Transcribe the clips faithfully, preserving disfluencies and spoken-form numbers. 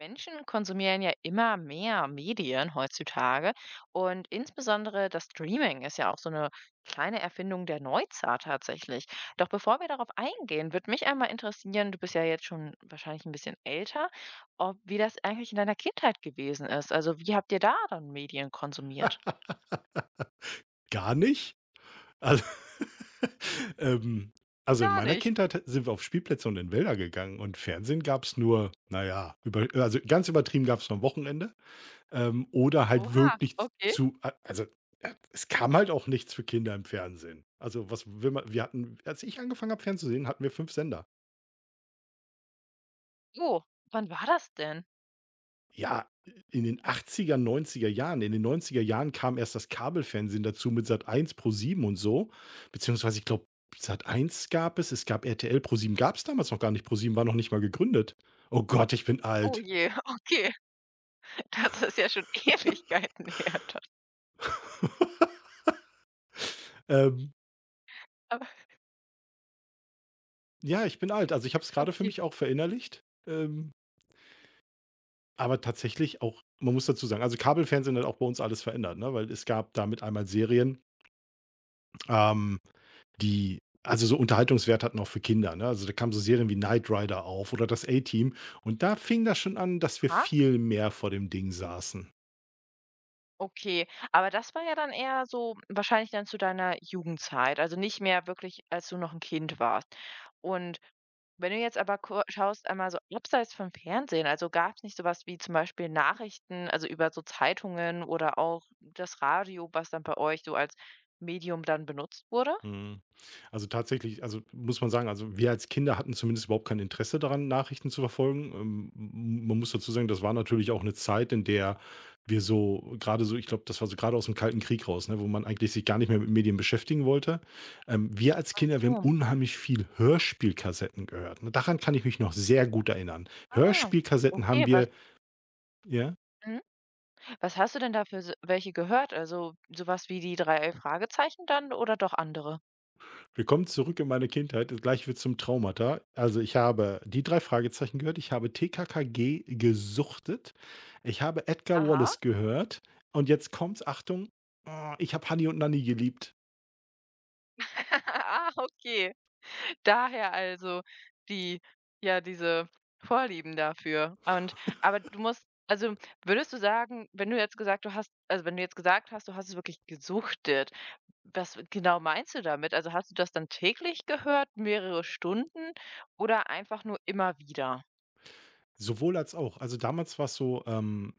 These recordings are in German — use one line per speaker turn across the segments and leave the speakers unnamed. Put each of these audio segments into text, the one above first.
Menschen konsumieren ja immer mehr Medien heutzutage und insbesondere das Streaming ist ja auch so eine kleine Erfindung der Neuzeit tatsächlich. Doch bevor wir darauf eingehen, würde mich einmal interessieren, du bist ja jetzt schon wahrscheinlich ein bisschen älter, ob wie das eigentlich in deiner Kindheit gewesen ist. Also wie habt ihr da dann Medien konsumiert?
Gar nicht? Also, ähm, also in
Gar
meiner
nicht.
Kindheit sind wir auf Spielplätze und in Wälder gegangen, und Fernsehen gab es nur, na ja, über also ganz übertrieben gab's nur am Wochenende, ähm, oder halt
Oha,
wirklich
okay.
zu also, äh, es kam halt auch nichts für Kinder im Fernsehen. Also, was will man wir hatten, als ich angefangen habe fernzusehen, hatten wir fünf Sender.
Oh, wann war das denn?
Ja, in den achtziger, neunziger Jahren. In den neunziger Jahren kam erst das Kabelfernsehen dazu mit Sat eins pro ProSieben und so. Beziehungsweise ich glaube, sat Sat.eins gab es, es gab R T L, gab es damals noch gar nicht. pro ProSieben war noch nicht mal gegründet. Oh Gott, ich bin
Oh
alt.
je, okay. Das ist ja schon Ewigkeiten her. dann.
Ähm,
Aber
ja, ich bin alt. Also, ich habe es gerade für
okay.
mich auch verinnerlicht. Ähm, aber tatsächlich auch, man muss dazu sagen, also, Kabelfernsehen hat auch bei uns alles verändert, ne, weil es gab damit einmal Serien, ähm die also so Unterhaltungswert hatten auch für Kinder, ne? Also, da kamen so Serien wie Knight Rider auf oder das A-Team, und da fing das schon an, dass wir
Ha?
viel mehr vor dem Ding saßen.
Okay, aber das war ja dann eher so wahrscheinlich dann zu deiner Jugendzeit, also nicht mehr wirklich, als du noch ein Kind warst. Und wenn du jetzt aber ko schaust, einmal so abseits vom Fernsehen, also gab es nicht sowas wie zum Beispiel Nachrichten, also über so Zeitungen oder auch das Radio, was dann bei euch so als Medium dann benutzt wurde?
Mhm. Also, tatsächlich, also muss man sagen, also wir als Kinder hatten zumindest überhaupt kein Interesse daran, Nachrichten zu verfolgen. Ähm, m man muss dazu sagen, das war natürlich auch eine Zeit, in der wir so gerade so, ich glaube, das war so gerade aus dem Kalten Krieg raus, ne, wo man eigentlich sich gar nicht mehr mit Medien beschäftigen wollte. Ähm, wir als
Ach
Kinder, wir haben
so.
unheimlich viel Hörspielkassetten gehört, ne? Daran kann ich mich noch sehr gut erinnern.
Ah,
Hörspielkassetten haben
okay, was
wir, ja?
mhm, was hast du denn da für s welche gehört? Also sowas wie die drei Fragezeichen dann oder doch andere?
Willkommen zurück in meine Kindheit. Gleich wird's zum Traumata. Also, ich habe die drei Fragezeichen gehört, ich habe T K K G gesuchtet, ich habe Edgar
Aha.
Wallace gehört, und jetzt kommt's, Achtung, oh, ich habe Honey und Nanny geliebt.
Ah, okay. Daher also die ja, diese Vorlieben dafür. Und aber du musst also, würdest du sagen, wenn du jetzt gesagt du hast also, wenn du jetzt gesagt hast, du hast es wirklich gesuchtet, was genau meinst du damit? Also, hast du das dann täglich gehört, mehrere Stunden oder einfach nur immer wieder?
Sowohl als auch. Also, damals war es so, ähm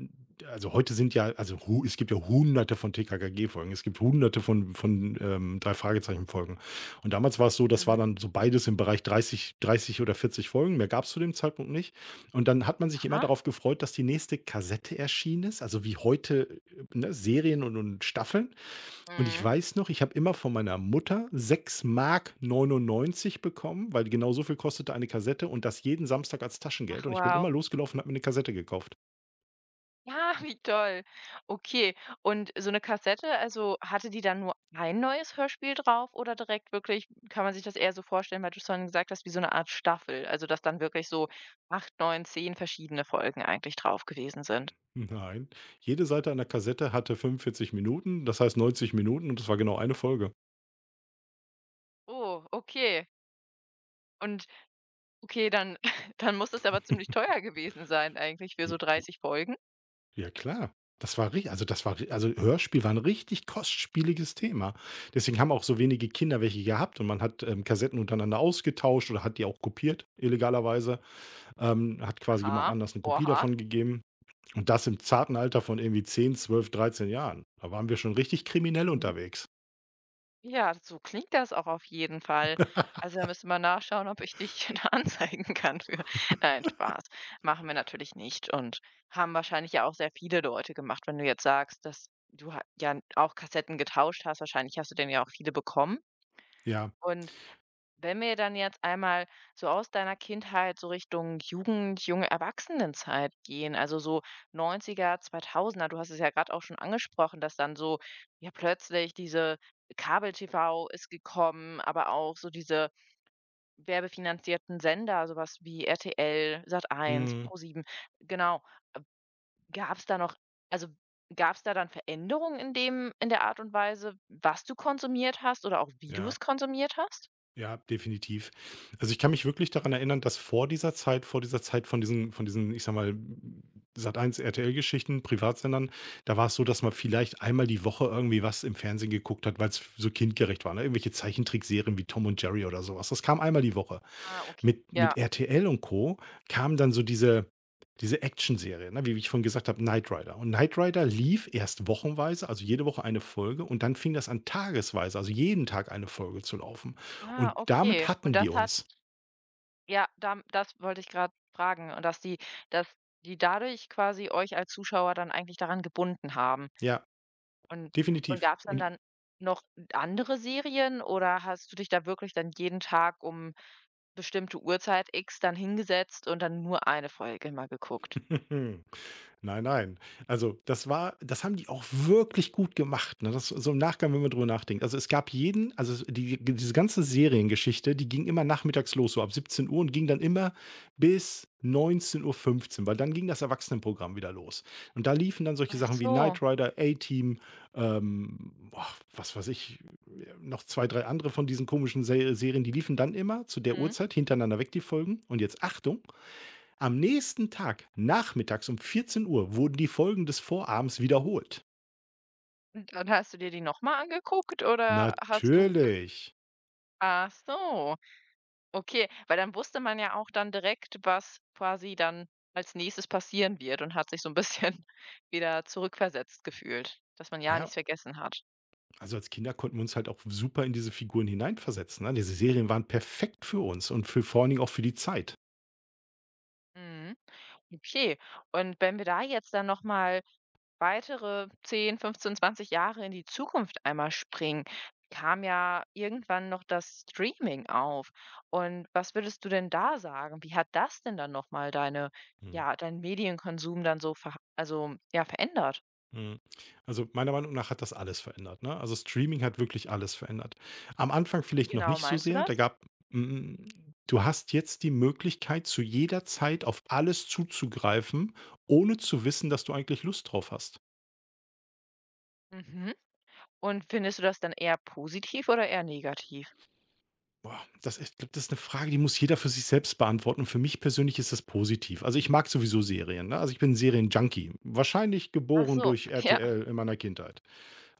also, heute sind ja, also, hu es gibt ja Hunderte von T K K G-Folgen. Es gibt Hunderte von von, ähm, drei Fragezeichen-Folgen. Und damals war es so, das war
Mhm.
dann so beides im Bereich dreißig, dreißig oder vierzig Folgen. Mehr gab es zu dem Zeitpunkt nicht. Und dann hat man sich immer
Aha.
darauf gefreut, dass die nächste Kassette erschienen ist, also wie heute, äh, ne, Serien und und Staffeln. Und ich
Mhm.
weiß noch, ich habe immer von meiner Mutter sechs Mark neunundneunzig bekommen, weil genau so viel kostete eine Kassette, und das jeden Samstag als Taschengeld,
Ach,
und ich bin immer
wow.
losgelaufen und habe mir eine Kassette gekauft.
Ja, wie toll. Okay, und so eine Kassette, also, hatte die dann nur ein neues Hörspiel drauf oder direkt wirklich kann man sich das eher so vorstellen, weil du es vorhin gesagt hast, wie so eine Art Staffel, also, dass dann wirklich so acht, neun, zehn verschiedene Folgen eigentlich drauf gewesen sind?
Nein, jede Seite einer Kassette hatte fünfundvierzig Minuten, das heißt neunzig Minuten, und das war genau eine Folge.
Oh, okay. Und okay, dann dann muss das aber ziemlich teuer gewesen sein eigentlich für
J
so
j
dreißig Folgen.
ja klar. Das war ri also, das war ri, also Hörspiel war ein richtig kostspieliges Thema. Deswegen haben auch so wenige Kinder welche gehabt, und man hat, ähm, Kassetten untereinander ausgetauscht oder hat die auch kopiert, illegalerweise. Ähm, hat quasi
Aha,
jemand anders eine Kopie
oha.
davon gegeben, und das im zarten Alter von irgendwie zehn, zwölf, dreizehn Jahren. Da waren wir schon richtig kriminell
Mhm.
unterwegs.
Ja, so klingt das auch auf jeden Fall. Also, da müssen wir nachschauen, ob ich dich da anzeigen kann für. Nein, Spaß. Machen wir natürlich nicht und haben wahrscheinlich ja auch sehr viele Leute gemacht. Wenn du jetzt sagst, dass du ha ja auch Kassetten getauscht hast, wahrscheinlich hast du dann ja auch viele bekommen
Ja,
und wenn wir dann jetzt einmal so aus deiner Kindheit so Richtung Jugend, junge Erwachsenenzeit gehen, also so Neunziger, Zweitausender, du hast es ja gerade auch schon angesprochen, dass dann so ja plötzlich diese Kabel-T V ist gekommen, aber auch so diese werbefinanzierten Sender, so was wie R T L,
mhm,
Pro sieben, genau. Gab es da noch also, gab es da dann Veränderungen in dem in der Art und Weise, was du konsumiert hast oder auch wie du
ja,
es konsumiert hast?
ja, definitiv. Also, ich kann mich wirklich daran erinnern, dass vor dieser Zeit vor dieser Zeit von diesen von diesen, ich sag mal, Sat Sat.eins, R T L-Geschichten, Privatsendern, da war es so, dass man vielleicht einmal die Woche irgendwie was im Fernsehen geguckt hat, weil es so kindgerecht war, ne? Irgendwelche Zeichentrickserien wie Tom und Jerry oder sowas. Das kam einmal die Woche.
Ah, okay.
Mit
Ja.
mit R T L und Co. kam dann so diese diese Actionserie, ne, wie ich vorhin gesagt habe, Knight Rider. Und Knight Rider lief erst wochenweise, also jede Woche eine Folge, und dann fing das an, tagesweise, also jeden Tag eine Folge zu laufen. Und
Ah,
damit
okay. Und
hatten
das
die
hat
uns.
ja, dam das wollte ich gerade fragen und dass die dass die dadurch quasi euch als Zuschauer dann eigentlich daran gebunden haben.
Ja,
Und und
definitiv.
gab es dann
Und
dann noch andere Serien oder hast du dich da wirklich dann jeden Tag um bestimmte Uhrzeit X dann hingesetzt und dann nur eine Folge mal geguckt?
nein, nein. Also, das war, das haben die auch wirklich gut gemacht, ne? Das so im Nachgang, wenn man drüber nachdenkt. Also, es gab jeden also, es die diese ganze Seriengeschichte, die ging immer nachmittags los, so ab siebzehn Uhr, und ging dann immer bis neunzehn Uhr fünfzehn, weil dann ging das Erwachsenenprogramm wieder los. Und da liefen dann solche
Ach
Sachen wie
so,
Knight Rider, A-Team, ähm, boah, was weiß ich, äh, noch zwei, drei andere von diesen komischen Se Serien, die liefen dann immer zu der
mhm.
Uhrzeit hintereinander weg, die Folgen. Und jetzt Achtung, am nächsten Tag, nachmittags um vierzehn Uhr, wurden die Folgen des Vorabends wiederholt.
Und und hast du dir die noch mal angeguckt oder hast du ges
Natürlich.
ach so. Okay, weil dann wusste man ja auch dann direkt, was quasi dann als Nächstes passieren wird und hat sich so ein bisschen wieder zurückversetzt gefühlt, dass man ja
Ja,
nichts vergessen hat.
also als Kinder konnten wir uns halt auch super in diese Figuren hineinversetzen, ne? Diese Serien waren perfekt für uns und für, vor allen Dingen, auch für die Zeit.
Mhm. Okay, und wenn wir da jetzt dann noch mal weitere zehn, fünfzehn, zwanzig Jahre in die Zukunft einmal springen, kam ja irgendwann noch das Streaming auf. Und was würdest du denn da sagen? Wie hat das denn dann noch mal deine ja, deinen Medienkonsum dann so verha also, ja, verändert?
Mhm. Also, meiner Meinung nach hat das alles verändert, ne? Also, Streaming hat wirklich alles verändert. Am Anfang
Wie
vielleicht noch
genau
nicht so
meinst du
sehr,
das?
da gab hm, du hast jetzt die Möglichkeit, zu jeder Zeit auf alles zuzugreifen, ohne zu wissen, dass du eigentlich Lust drauf hast.
Mhm. Und findest du das dann eher positiv oder eher negativ?
Boah, das, ich glaube, das ist eine Frage, die muss jeder für sich selbst beantworten. Und für mich persönlich ist das positiv. Also, ich mag sowieso Serien, ne? Also, ich bin ein Serien-Junkie, wahrscheinlich
Ach
geboren
so,
durch
ja.
R T L in meiner Kindheit.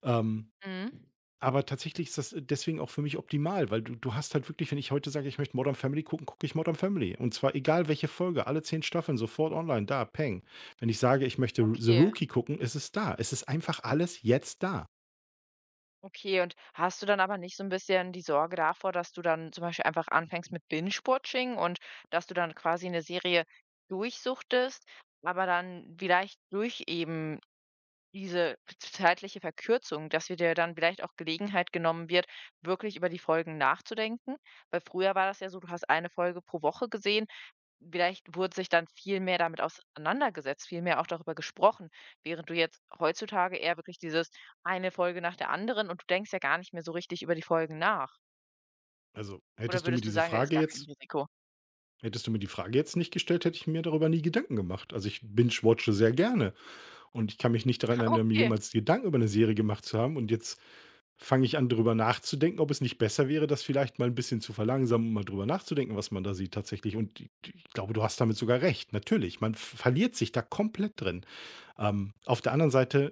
Ähm
Mhm.
Aber tatsächlich ist das, äh, deswegen auch für mich optimal, weil du du hast halt wirklich, wenn ich heute sage, ich möchte „Modern Family“ gucken, gucke ich „Modern Family“. Und zwar egal welche Folge, alle zehn Staffeln sofort online, da, peng. Wenn ich sage, ich möchte „The
Okay,
Rookie“ gucken, ist es da. Es ist einfach alles jetzt da.
okay. Und hast du dann aber nicht so ein bisschen die Sorge davor, dass du dann zum Beispiel einfach anfängst mit Binge-Watching und dass du dann quasi eine Serie durchsuchtest, aber dann vielleicht durch eben diese zeitliche Verkürzung, dass wir dir dann vielleicht auch Gelegenheit genommen wird, wirklich über die Folgen nachzudenken? Weil früher war das ja so, du hast eine Folge pro Woche gesehen. Vielleicht wurde sich dann viel mehr damit auseinandergesetzt, viel mehr auch darüber gesprochen, während du jetzt heutzutage eher wirklich dieses eine Folge nach der anderen und du denkst ja gar nicht mehr so richtig über die Folgen nach.
Also,
Oder
hättest du mir
würdest du
diese
sagen, da ist
Frage
gar kein
jetzt
Risiko?
hättest du mir die Frage jetzt nicht gestellt, hätte ich mir darüber nie Gedanken gemacht. Also, ich binge watche sehr gerne, und ich kann mich nicht daran erinnern, mir
Okay.
jemals Gedanken über eine Serie gemacht zu haben. Und jetzt fange ich an, drüber nachzudenken, ob es nicht besser wäre, das vielleicht mal ein bisschen zu verlangsamen, um mal drüber nachzudenken, was man da sieht, tatsächlich. Und d ich glaube, du hast damit sogar recht. Natürlich, man v verliert sich da komplett drin. Ähm, auf der anderen Seite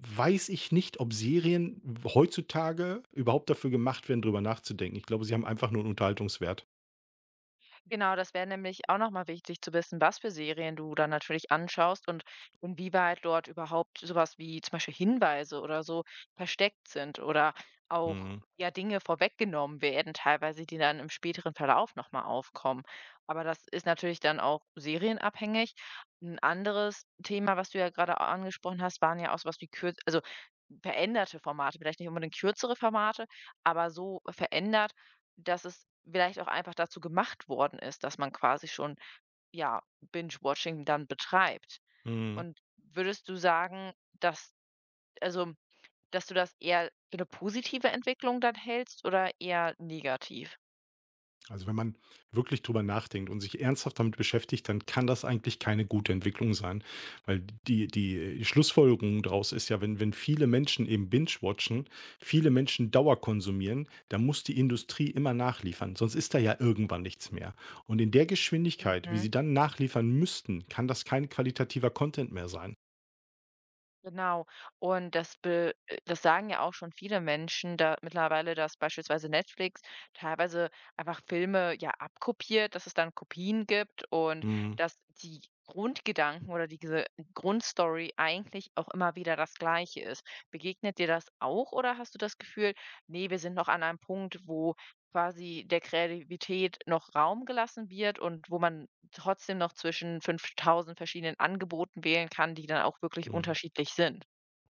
weiß ich nicht, ob Serien heutzutage überhaupt dafür gemacht werden, drüber nachzudenken. Ich glaube, sie haben einfach nur 'n Unterhaltungswert.
Genau, das wäre nämlich auch nochmal wichtig zu wissen, was für Serien du dann natürlich anschaust und inwieweit dort überhaupt sowas wie zum Beispiel Hinweise oder so versteckt sind oder auch,
Mhm,
ja, Dinge vorweggenommen werden teilweise, die dann im späteren Verlauf nochmal aufkommen. Aber das ist natürlich dann auch serienabhängig. Ein anderes Thema, was du ja gerade a angesprochen hast, waren ja auch sowas wie kür also, veränderte Formate, vielleicht nicht unbedingt kürzere Formate, aber so verändert, dass es vielleicht auch einfach dazu gemacht worden ist, dass man quasi schon, ja, Binge-Watching dann betreibt.
mhm.
Und würdest du sagen, dass also, dass du das eher für 'ne positive Entwicklung dann hältst oder eher negativ?
Also, wenn man wirklich drüber nachdenkt und sich ernsthaft damit beschäftigt, dann kann das eigentlich keine gute Entwicklung sein. Weil die, die Schlussfolgerung daraus ist ja, wenn, wenn viele Menschen eben binge-watchen, viele Menschen Dauer konsumieren, dann muss die Industrie immer nachliefern. Sonst ist da ja irgendwann nichts mehr. Und in der Geschwindigkeit, wie
Mhm.
sie dann nachliefern müssten, kann das kein qualitativer Content mehr sein.
Genau. Und das be äh, das sagen ja auch schon viele Menschen da mittlerweile, dass beispielsweise Netflix teilweise einfach Filme ja abkopiert, dass es dann Kopien gibt und
Hm,
dass die Grundgedanken oder diese Grundstory eigentlich auch immer wieder das Gleiche ist. Begegnet dir das auch oder hast du das Gefühl, nee, wir sind noch an einem Punkt, wo quasi der Kreativität noch Raum gelassen wird und wo man trotzdem noch zwischen fünftausend verschiedenen Angeboten wählen kann, die dann auch wirklich
hm.
unterschiedlich sind.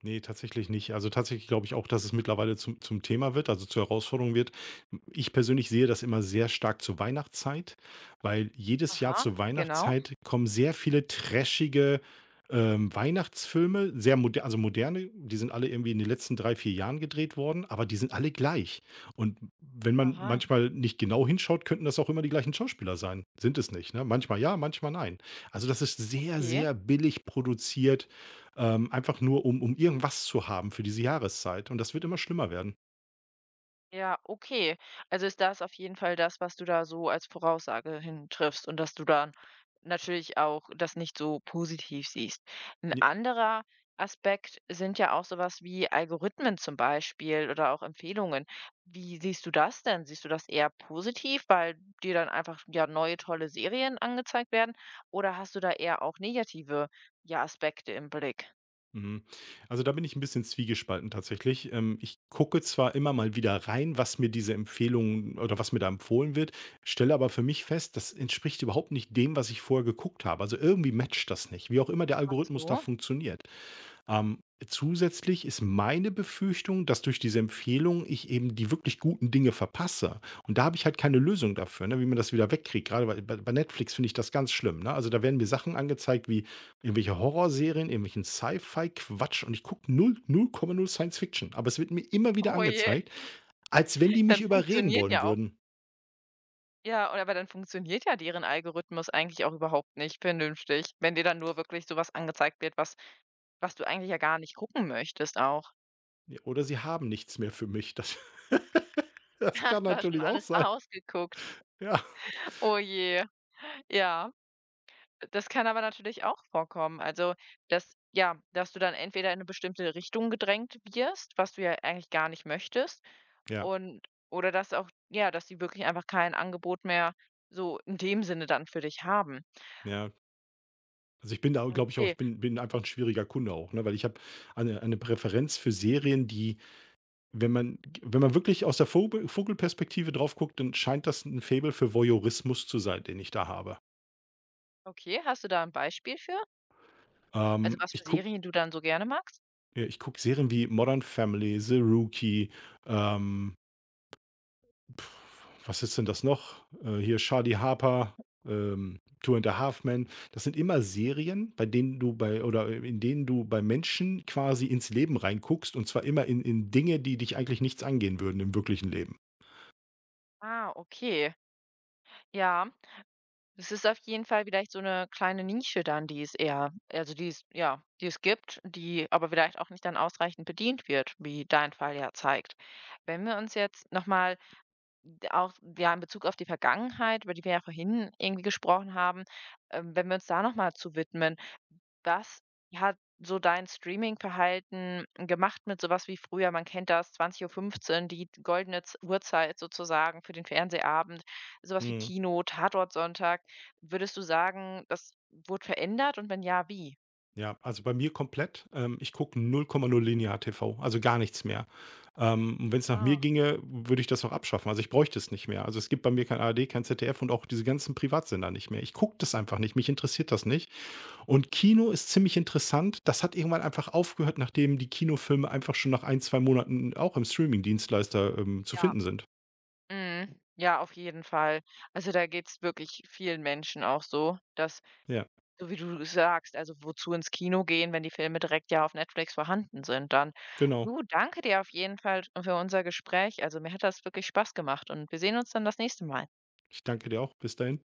Ne, tatsächlich nicht. Also, tatsächlich glaube ich auch, dass es mittlerweile zum zum Thema wird, also zur Herausforderung wird. Ich persönlich sehe das immer sehr stark zur Weihnachtszeit, weil jedes Jahr
Aha,
zur
wie genau.
Weihnachtszeit kommen sehr viele trashige, ähm, Weihnachtsfilme, sehr moder, also moderne, die sind alle irgendwie in den letzten drei, vier Jahren gedreht worden, aber die sind alle gleich. Und wenn man
Aha,
manchmal nicht genau hinschaut, könnten das auch immer die gleichen Schauspieler sein. Sind es nicht, ne? Manchmal ja, manchmal nein. Also, das ist sehr,
okay.
sehr billig produziert. Ähm, einfach nur, um um irgendwas zu haben für diese Jahreszeit, und das wird immer schlimmer werden.
Ja, okay. Also ist das auf jeden Fall das, was du da so als Voraussage hintriffst und dass du dann natürlich auch das nicht so positiv siehst. Ein
J
anderer Aspekt sind ja auch sowas wie Algorithmen zum Beispiel oder auch Empfehlungen. Wie siehst du das denn? Siehst du das eher positiv, weil dir dann einfach ja neue tolle Serien angezeigt werden? Oder hast du da eher auch negative ja, Aspekte im Blick?
mhm. Also, da bin ich ein bisschen zwiegespalten, tatsächlich. Ähm, ich gucke zwar immer mal wieder rein, was mir diese Empfehlungen oder was mir da empfohlen wird, stelle aber für mich fest, das entspricht überhaupt nicht dem, was ich vorher geguckt habe. Also, irgendwie matcht das nicht, wie auch immer der
Ach
Algorithmus da
so.
funktioniert. Ähm, zusätzlich ist meine Befürchtung, dass durch diese Empfehlung ich eben die wirklich guten Dinge verpasse. Und da habe ich halt keine Lösung dafür, ne, wie man das wieder wegkriegt. Gerade bei, bei bei Netflix finde ich das ganz schlimm. Ne? Also, da werden mir Sachen angezeigt wie irgendwelche Horrorserien, irgendwelchen Sci-Fi-Quatsch, und ich gucke null, null Komma null Science Fiction. Aber es wird mir immer wieder
Oh je,
angezeigt, als wenn die
dann
mich überreden
funktioniert
wollen
ja auch
würden.
ja, und aber dann funktioniert ja deren Algorithmus eigentlich auch überhaupt nicht vernünftig, wenn dir dann nur wirklich so was angezeigt wird, was was du eigentlich ja gar nicht gucken möchtest auch.
Ja, oder sie haben nichts mehr für mich. Das, das
Ach,
kann
du hast schon
natürlich auch
alles
sein.
ausgeguckt.
Ja.
Oh je. Ja, das kann aber natürlich auch vorkommen. Also, dass ja, dass du dann entweder in eine bestimmte Richtung gedrängt wirst, was du ja eigentlich gar nicht möchtest
Ja.
und oder dass auch ja, dass sie wirklich einfach kein Angebot mehr so in dem Sinne dann für dich haben.
Ja, also, ich bin da, glaube ich auch, ich
Okay,
bin bin einfach ein schwieriger Kunde auch, ne, weil ich habe eine eine Präferenz für Serien, die, wenn man wenn man wirklich aus der Vogel Vogelperspektive drauf guckt, dann scheint das ein Faible für Voyeurismus zu sein, den ich da habe.
okay, hast du da ein Beispiel für? Also,
Ähm,
was
ich
für
gucke
Serien du dann so gerne magst?
ja, ich guck Serien wie Modern Family, The Rookie, ähm was ist denn das noch? Äh, hier, Charlie Harper, ähm, Two and a Half Men. Das sind immer Serien, bei denen du, bei oder in denen du, bei Menschen quasi ins Leben reinguckst, und zwar immer in, in Dinge, die dich eigentlich nichts angehen würden im wirklichen Leben.
Ah, okay. Ja, es ist auf jeden Fall vielleicht so eine kleine Nische dann, die es eher also, die es ja, die es gibt, die aber vielleicht auch nicht dann ausreichend bedient wird, wie dein Fall ja zeigt. Wenn wir uns jetzt noch mal auch, ja, in Bezug auf die Vergangenheit, über die wir ja vorhin irgendwie gesprochen haben ähm, wenn wir uns da noch mal zu widmen, was hat so dein Streaming-Verhalten gemacht mit sowas wie früher? Man kennt das, zwanzig Uhr fünfzehn die goldene Z Uhrzeit sozusagen für den Fernsehabend, sowas wie
Mhm.
Kino, Tatortsonntag. Würdest du sagen, das wurde verändert und wenn ja, wie?
Ja, also bei mir komplett. Ähm, ich gucke null Komma null linear T V, also gar nichts mehr. Ähm, und wenn es nach mir
Ah,
ginge, würde ich das auch abschaffen. Also, ich bräuchte es nicht mehr. Also, es gibt bei mir kein A R D, kein Z D F und auch diese ganzen Privatsender nicht mehr. Ich gucke das einfach nicht. Mich interessiert das nicht. Und Kino ist ziemlich interessant. Das hat irgendwann einfach aufgehört, nachdem die Kinofilme einfach schon nach ein, zwei Monaten auch im Streaming-Dienstleister, ähm, zu
ja.
finden sind.
Mhm. Ja, auf jeden Fall. Also, da geht's wirklich vielen Menschen auch so, dass
Ja,
so wie du sagst, also wozu ins Kino gehen, wenn die Filme direkt ja auf Netflix vorhanden sind dann.
genau.
Du, danke dir auf jeden Fall für unser Gespräch. Also mir hat das wirklich Spaß gemacht und wir sehen uns dann das nächste Mal.
Ich danke dir auch. Bis dahin.